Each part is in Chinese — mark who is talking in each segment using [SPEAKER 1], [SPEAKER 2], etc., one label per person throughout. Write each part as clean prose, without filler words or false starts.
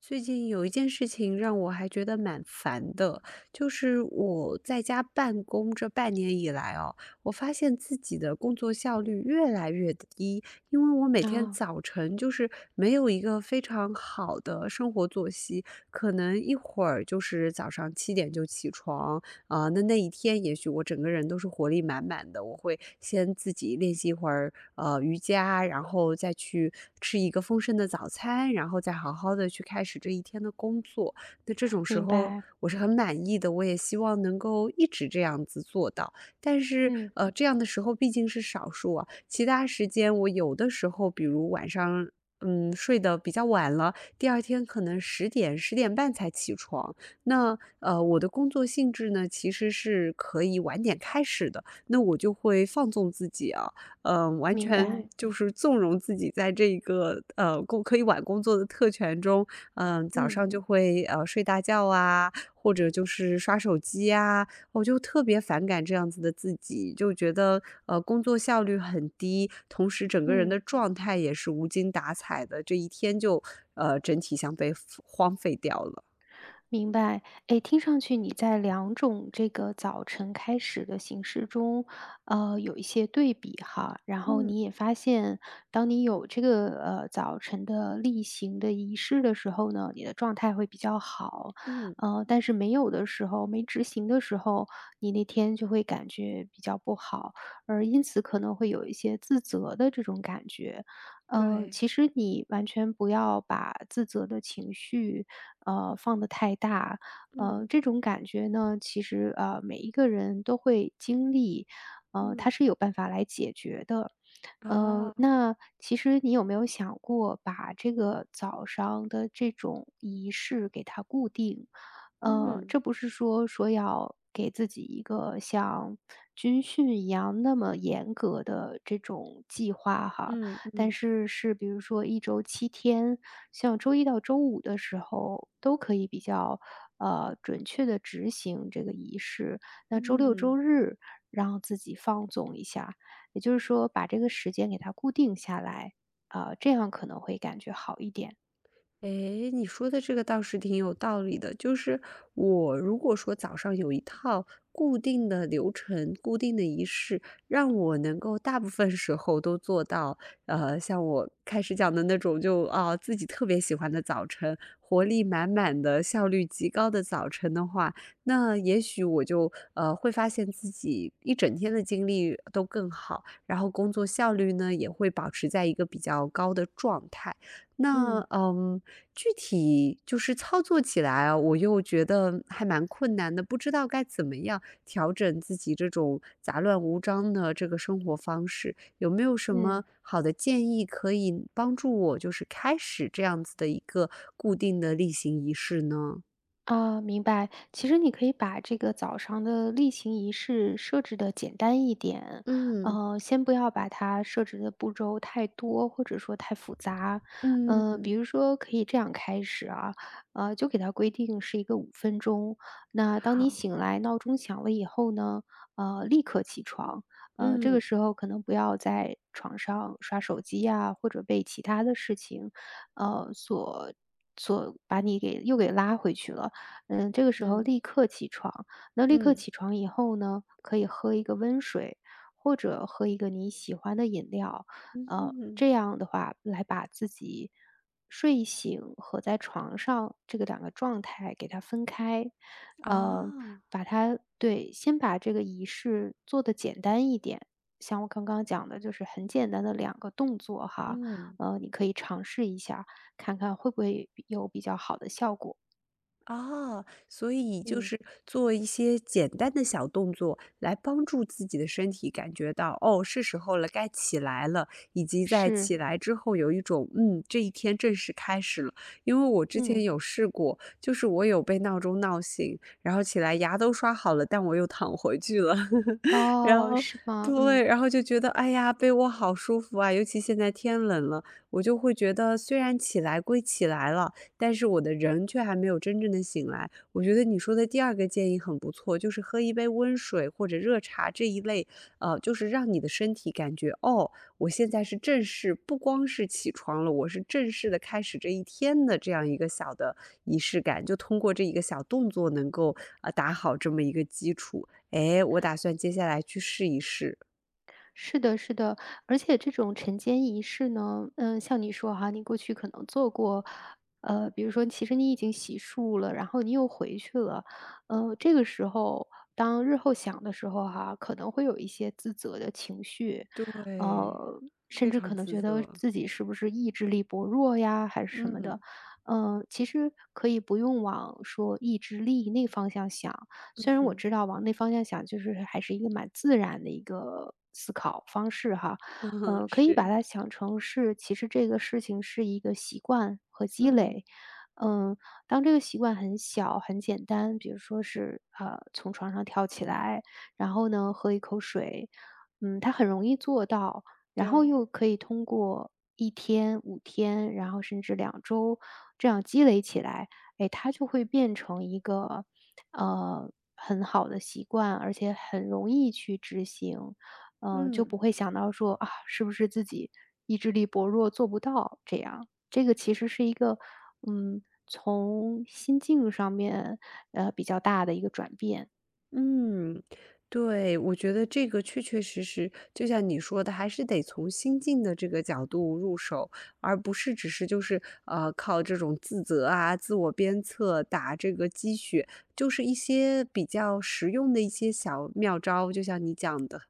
[SPEAKER 1] 最近有一件事情让我还觉得蛮烦的，就是我在家办公这半年以来哦，我发现自己的工作效率越来越低，因为我每天
[SPEAKER 2] 啊，
[SPEAKER 1] 早晨就是没有一个非常好的生活作息，可能一会儿就是早上7点就起床。那一天也许我整个人都是活力满满的，我会先自己练习一会儿瑜伽，然后再去吃一个丰盛的早餐，然后再好好的去开始这一天的工作。那这种时
[SPEAKER 2] 明
[SPEAKER 1] 候
[SPEAKER 2] 白，
[SPEAKER 1] 我是很满意的，我也希望能够一直这样子做到。但是
[SPEAKER 2] 嗯，
[SPEAKER 1] 这样的时候毕竟是少数啊，其他时间我有的时候，比如晚上。睡得比较晚了，第二天可能十点、10点半才起床，那我的工作性质呢，其实是可以晚点开始的，那我就会放纵自己啊，完
[SPEAKER 2] 明
[SPEAKER 1] 全
[SPEAKER 2] 白，
[SPEAKER 1] 就是纵容自己在这个可以晚工作的特权中，早
[SPEAKER 2] 嗯
[SPEAKER 1] 上就会睡大觉啊，或者就是刷手机啊，我就特别反感这样子的自己，就觉得工作效率很低，同时整个人
[SPEAKER 2] 嗯，
[SPEAKER 1] 的状态也是无精打采的，这一天就整体像被荒废掉了。
[SPEAKER 2] 明白。哎，听上去你在两种这个早晨开始的形式中，有一些对比哈。然后
[SPEAKER 1] 嗯
[SPEAKER 2] 你也发现，当你有这个，早晨的例行的仪式的时候呢，你的状态会比较好。
[SPEAKER 1] 嗯。
[SPEAKER 2] 但是没有的时候，没执行的时候，你那天就会感觉比较不好，而因此可能会有一些自责的这种感觉。
[SPEAKER 1] 对，
[SPEAKER 2] 其实你完全不要把自责的情绪，放得太大。
[SPEAKER 1] 嗯，
[SPEAKER 2] 这种感觉呢，其实，每一个人都会经历，
[SPEAKER 1] 嗯，
[SPEAKER 2] 它是有办法来解决的。
[SPEAKER 1] 哦，
[SPEAKER 2] 那其实你有没有想过把这个早上的这种仪式给它固定？
[SPEAKER 1] 嗯，
[SPEAKER 2] 这不是说说要给自己一个像军训一样那么严格的这种计划哈。
[SPEAKER 1] 嗯
[SPEAKER 2] 但
[SPEAKER 1] 嗯
[SPEAKER 2] 是是比如说一周七天，像周一到周五的时候都可以比较，准确的执行这个仪式。那周六
[SPEAKER 1] 嗯，
[SPEAKER 2] 周日让自己放纵一下，也就是说把这个时间给它固定下来，啊，这样可能会感觉好一点。
[SPEAKER 1] 诶，你说的这个倒是挺有道理的。就是我如果说早上有一套固定的流程、固定的仪式，让我能够大部分时候都做到，像我开始讲的那种就，自己特别喜欢的早晨，活力满满的、效率极高的早晨的话，那也许我就会发现自己一整天的精力都更好，然后工作效率呢也会保持在一个比较高的状态。那，
[SPEAKER 2] 嗯。
[SPEAKER 1] 具体就是操作起来啊，我又觉得还蛮困难的，不知道该怎么样调整自己这种杂乱无章的这个生活方式。有没有什
[SPEAKER 2] 嗯。
[SPEAKER 1] 么好的建议可以帮助我，就是开始这样子的一个固定的例行仪式呢？
[SPEAKER 2] 啊，明白。其实你可以把这个早上的例行仪式设置的简单一点，
[SPEAKER 1] 嗯
[SPEAKER 2] 先不要把它设置的步骤太多，或者说太复杂。
[SPEAKER 1] 嗯，
[SPEAKER 2] 比如说可以这样开始啊，就给它规定是一个五分钟。那当你
[SPEAKER 1] 好，
[SPEAKER 2] 醒来，闹钟响了以后呢，立刻起床。这个
[SPEAKER 1] 嗯
[SPEAKER 2] 时候可能不要在床上刷手机呀，或者被其他的事情，呃，所所把你给又给拉回去了。嗯，这个时候
[SPEAKER 1] 嗯
[SPEAKER 2] 立刻起床。那立刻
[SPEAKER 1] 嗯
[SPEAKER 2] 起床以后呢，可以喝一个温水，或者喝一个你喜欢的饮料，
[SPEAKER 1] 嗯，
[SPEAKER 2] 这样的话来把自己睡醒和在床上这个两个状态给它分开，呃，
[SPEAKER 1] 啊，
[SPEAKER 2] 把它对，先把这个仪式做得简单一点。像我刚刚讲的，就是很简单的两个动作哈，
[SPEAKER 1] 嗯。
[SPEAKER 2] 你可以尝试一下，看看会不会有比较好的效果。
[SPEAKER 1] 哦，所以就
[SPEAKER 2] 嗯。
[SPEAKER 1] 是做一些简单的小动作，来帮助自己的身体感觉到，哦，是时候了，该起来了，以及在
[SPEAKER 2] 是，
[SPEAKER 1] 起来之后有一种，这一天正式开始了。因为我之前
[SPEAKER 2] 嗯，
[SPEAKER 1] 有试过，就是我有被闹钟闹醒，然后起来牙都刷好了，但我又躺回去了。然
[SPEAKER 2] 哦，
[SPEAKER 1] 后
[SPEAKER 2] 是吗？嗯，
[SPEAKER 1] 对，然后就觉得，哎呀，被窝好舒服啊，尤其现在天冷了，我就会觉得虽然起来归起来了，但是我的人却还没有真正的醒来。我觉得你说的第二个建议很不错，就是喝一杯温水或者热茶这一类，就是让你的身体感觉，哦，我现在是正式，不光是起床了，我是正式的开始这一天的这样一个小的仪式感，就通过这一个小动作能够打好这么一个基础。哎，我打算接下来去试一试。
[SPEAKER 2] 是的，是的，而且这种晨间仪式呢，嗯，像你说哈，你过去可能做过，比如说其实你已经洗漱了，然后你又回去了，这个时候当日后想的时候哈，可能会有一些自责的情绪，
[SPEAKER 1] 对，
[SPEAKER 2] 呃，甚
[SPEAKER 1] 非
[SPEAKER 2] 至
[SPEAKER 1] 常
[SPEAKER 2] 可能
[SPEAKER 1] 自
[SPEAKER 2] 觉得
[SPEAKER 1] 责。
[SPEAKER 2] 自己是不是意志力薄弱呀，还是什么的，
[SPEAKER 1] 嗯，
[SPEAKER 2] 嗯，其实可以不用往说意志力那方向想。
[SPEAKER 1] 嗯
[SPEAKER 2] 虽然我
[SPEAKER 1] 哼。
[SPEAKER 2] 知道往那方向想，就是还是一个蛮自然的一个思考方式哈，
[SPEAKER 1] 嗯，
[SPEAKER 2] 可以把
[SPEAKER 1] 是。
[SPEAKER 2] 它想成是，其实这个事情是一个习惯和积
[SPEAKER 1] 嗯，
[SPEAKER 2] 累。嗯，当这个习惯很小、很简单，比如说是从床上跳起来，然后呢喝一口水，嗯，它很容易做到，然后
[SPEAKER 1] 对，
[SPEAKER 2] 又可以通过一天、五天，然后甚至两周这样积累起来，哎，它就会变成一个，很好的习惯，而且很容易去执行。就
[SPEAKER 1] 嗯，
[SPEAKER 2] 不会想到说，啊，是不是自己意志力薄弱做不到这样。这个其实是一个，嗯，从心境上面，比较大的一个转变。
[SPEAKER 1] 嗯，对，我觉得这个确确实实，就像你说的，还是得从心境的这个角度入手，而不是只是就是，靠这种自责啊、自我鞭策、打这个鸡血，就是一些比较实用的一些小妙招，就像你讲的。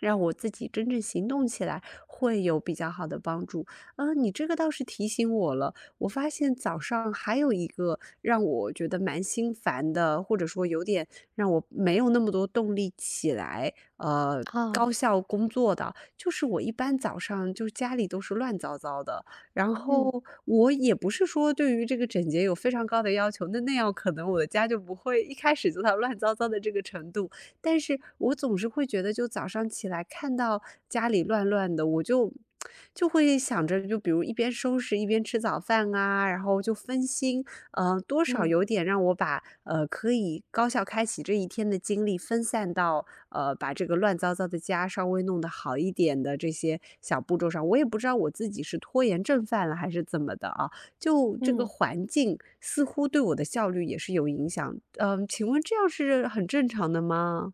[SPEAKER 1] 让我自己真正行动起来会有比较好的帮助。你这个倒是提醒我了，我发现早上还有一个让我觉得蛮心烦的，或者说有点让我没有那么多动力起来，
[SPEAKER 2] 啊，
[SPEAKER 1] 高效工作的，就是我一般早上就是家里都是乱糟糟的，然
[SPEAKER 2] 嗯
[SPEAKER 1] 后我也不是说对于这个整洁有非常高的要求，那样可能我的家就不会一开始做到乱糟糟的这个程度。但是我总是会觉得，就早上起来看到家里乱乱的，我就会想着，就比如一边收拾一边吃早饭啊，然后就分心，多少
[SPEAKER 2] 嗯
[SPEAKER 1] 有点让我把可以高效开启这一天的精力分散到把这个乱糟糟的家稍微弄得好一点的这些小步骤上。我也不知道我自己是拖延症犯了还是怎么的啊，就这个
[SPEAKER 2] 嗯。
[SPEAKER 1] 环境似乎对我的效率也是有影响。嗯、请问这样是很正常的吗？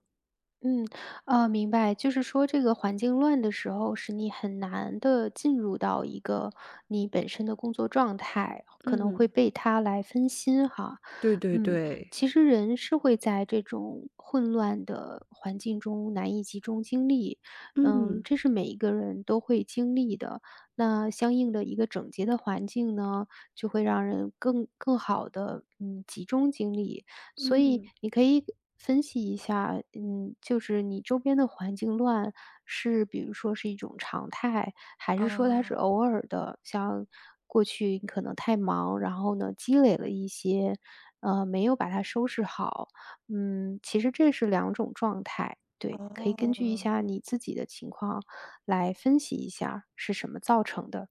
[SPEAKER 2] 嗯，明白，就是说这个环境乱的时候，使你很难的进入到一个你本身的工作状态，可能会
[SPEAKER 1] 嗯，
[SPEAKER 2] 被它来分心哈。
[SPEAKER 1] 对对
[SPEAKER 2] 嗯，
[SPEAKER 1] 对，
[SPEAKER 2] 其实人是会在这种混乱的环境中难以集中精力，嗯，
[SPEAKER 1] 嗯，
[SPEAKER 2] 这是每一个人都会经历的。那相应的一个整洁的环境呢，就会让人更好的嗯，集中精力。所以
[SPEAKER 1] 嗯，
[SPEAKER 2] 你可以分析一下，嗯，就是你周边的环境乱是比如说是一种常态，还是说它是
[SPEAKER 1] 啊，
[SPEAKER 2] 偶尔的？像过去你可能太忙，然后呢积累了一些，没有把它收拾好。嗯，其实这是两种状态。对，可以根据一
[SPEAKER 1] 哦。
[SPEAKER 2] 下你自己的情况来分析一下是什么造成的。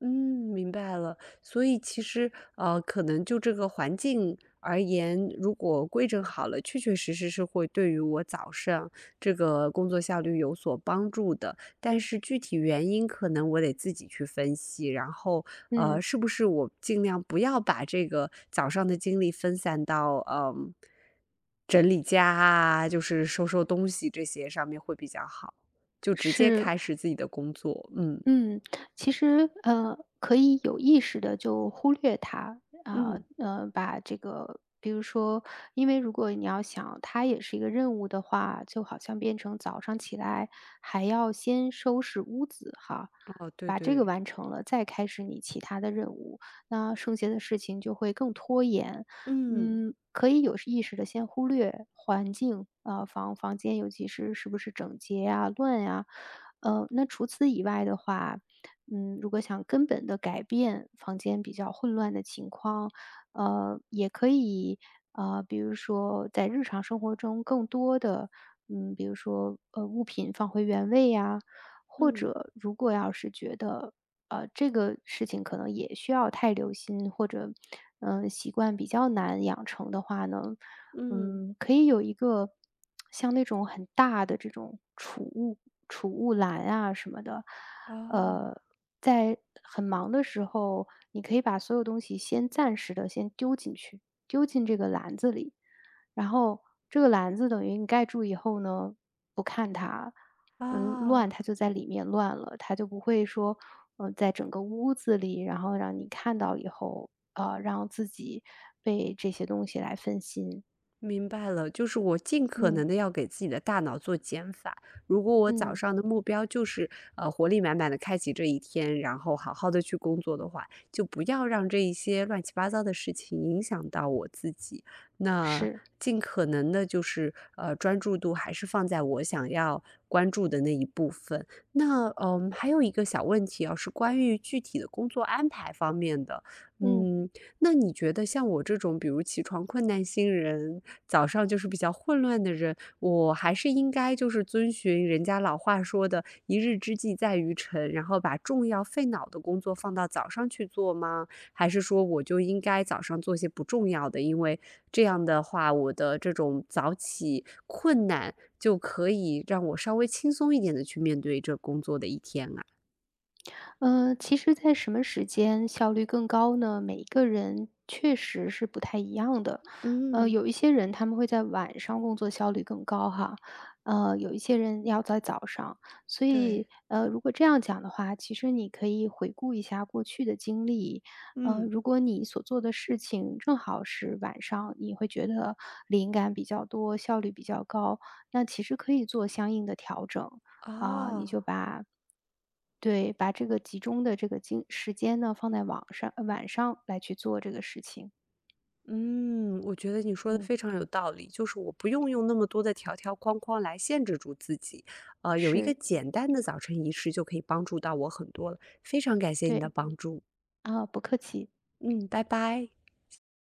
[SPEAKER 1] 嗯，明白了。所以其实，可能就这个环境而言，如果规整好了，确确实实是会对于我早上这个工作效率有所帮助的。但是具体原因，可能我得自己去分析。然后，
[SPEAKER 2] 嗯，
[SPEAKER 1] 是不是我尽量不要把这个早上的精力分散到，整理家啊，就是收收东西这些上面会比较好，就直接
[SPEAKER 2] 是
[SPEAKER 1] 开始自己的工作。嗯
[SPEAKER 2] 嗯，其实，可以有意识的就忽略它，啊，
[SPEAKER 1] 嗯，
[SPEAKER 2] 把这个比如说因为如果你要想它也是一个任务的话，就好像变成早上起来还要先收拾屋子哈，
[SPEAKER 1] 哦，对
[SPEAKER 2] 把这个
[SPEAKER 1] 对。
[SPEAKER 2] 完成了，再开始你其他的任务，那剩下的事情就会更拖延。
[SPEAKER 1] 嗯，
[SPEAKER 2] 嗯，可以有意识的先忽略环境，啊，房间尤其是是不是整洁呀、乱呀，那除此以外的话，嗯，如果想根本的改变房间比较混乱的情况，也可以，比如说在日常生活中更多的，嗯，比如说，物品放回原位呀，或
[SPEAKER 1] 嗯，
[SPEAKER 2] 者如果要是觉得，这个事情可能也需要太留心，或者，嗯，习惯比较难养成的话呢，
[SPEAKER 1] 嗯。
[SPEAKER 2] 嗯，可以有一个像那种很大的这种储物篮啊什么的，
[SPEAKER 1] 啊
[SPEAKER 2] 呃，在很忙的时候，你可以把所有东西先暂时的先丢进去，丢进这个篮子里，然后这个篮子等于你盖住以后呢，不看它，嗯，乱
[SPEAKER 1] 啊。
[SPEAKER 2] 它就在里面乱了，它就不会说，在整个屋子里，然后让你看到以后，让自己被这些东西来分心，
[SPEAKER 1] 明白了，就是我尽可能
[SPEAKER 2] 嗯。
[SPEAKER 1] 的要给自己的大脑做减法。如果我早
[SPEAKER 2] 嗯，
[SPEAKER 1] 上的目标就是，活力满满的开启这一天，然后好好的去工作的话，就不要让这一些乱七八糟的事情影响到我自己。那
[SPEAKER 2] 是，
[SPEAKER 1] 尽可能的，就是，专注度还是放在我想要关注的那一部分。那，还有一个小问题啊，是关于具体的工作安排方面的。
[SPEAKER 2] 嗯，
[SPEAKER 1] 嗯，那你觉得像我这种，比如起床困难星人，早上就是比较混乱的人，我还是应该就是遵循人家老话说的"一日之计在于晨"，然后把重要费脑的工作放到早上去做吗？还是说我就应该早上做些不重要的？因为这样的话，我的这种早起困难就可以让我稍微轻松一点的去面对这工作的一天啊。
[SPEAKER 2] 其实在什么时间效率更高呢？每一个人确实是不太一样的。
[SPEAKER 1] 嗯，
[SPEAKER 2] 有一些人他们会在晚上工作效率更高哈，有一些人要在早上。所
[SPEAKER 1] 对，
[SPEAKER 2] 以，如果这样讲的话，其实你可以回顾一下过去的经历。
[SPEAKER 1] 嗯，
[SPEAKER 2] 如果你所做的事情正好是晚上，你会觉得灵感比较多，效率比较高，那其实可以做相应的调整。啊，你
[SPEAKER 1] 哦。
[SPEAKER 2] 就把对，把这个集中的这个精时间呢，放在网上晚上来去做这个事情。
[SPEAKER 1] 嗯，我觉得你说的
[SPEAKER 2] 嗯，
[SPEAKER 1] 非常有道理，就是我不用用那么多的条条框框来限制住自己，有一个
[SPEAKER 2] 是，
[SPEAKER 1] 简单的早晨仪式就可以帮助到我很多了，非常感谢你的
[SPEAKER 2] 对，
[SPEAKER 1] 帮助，
[SPEAKER 2] 啊，不客气。
[SPEAKER 1] 嗯，拜拜。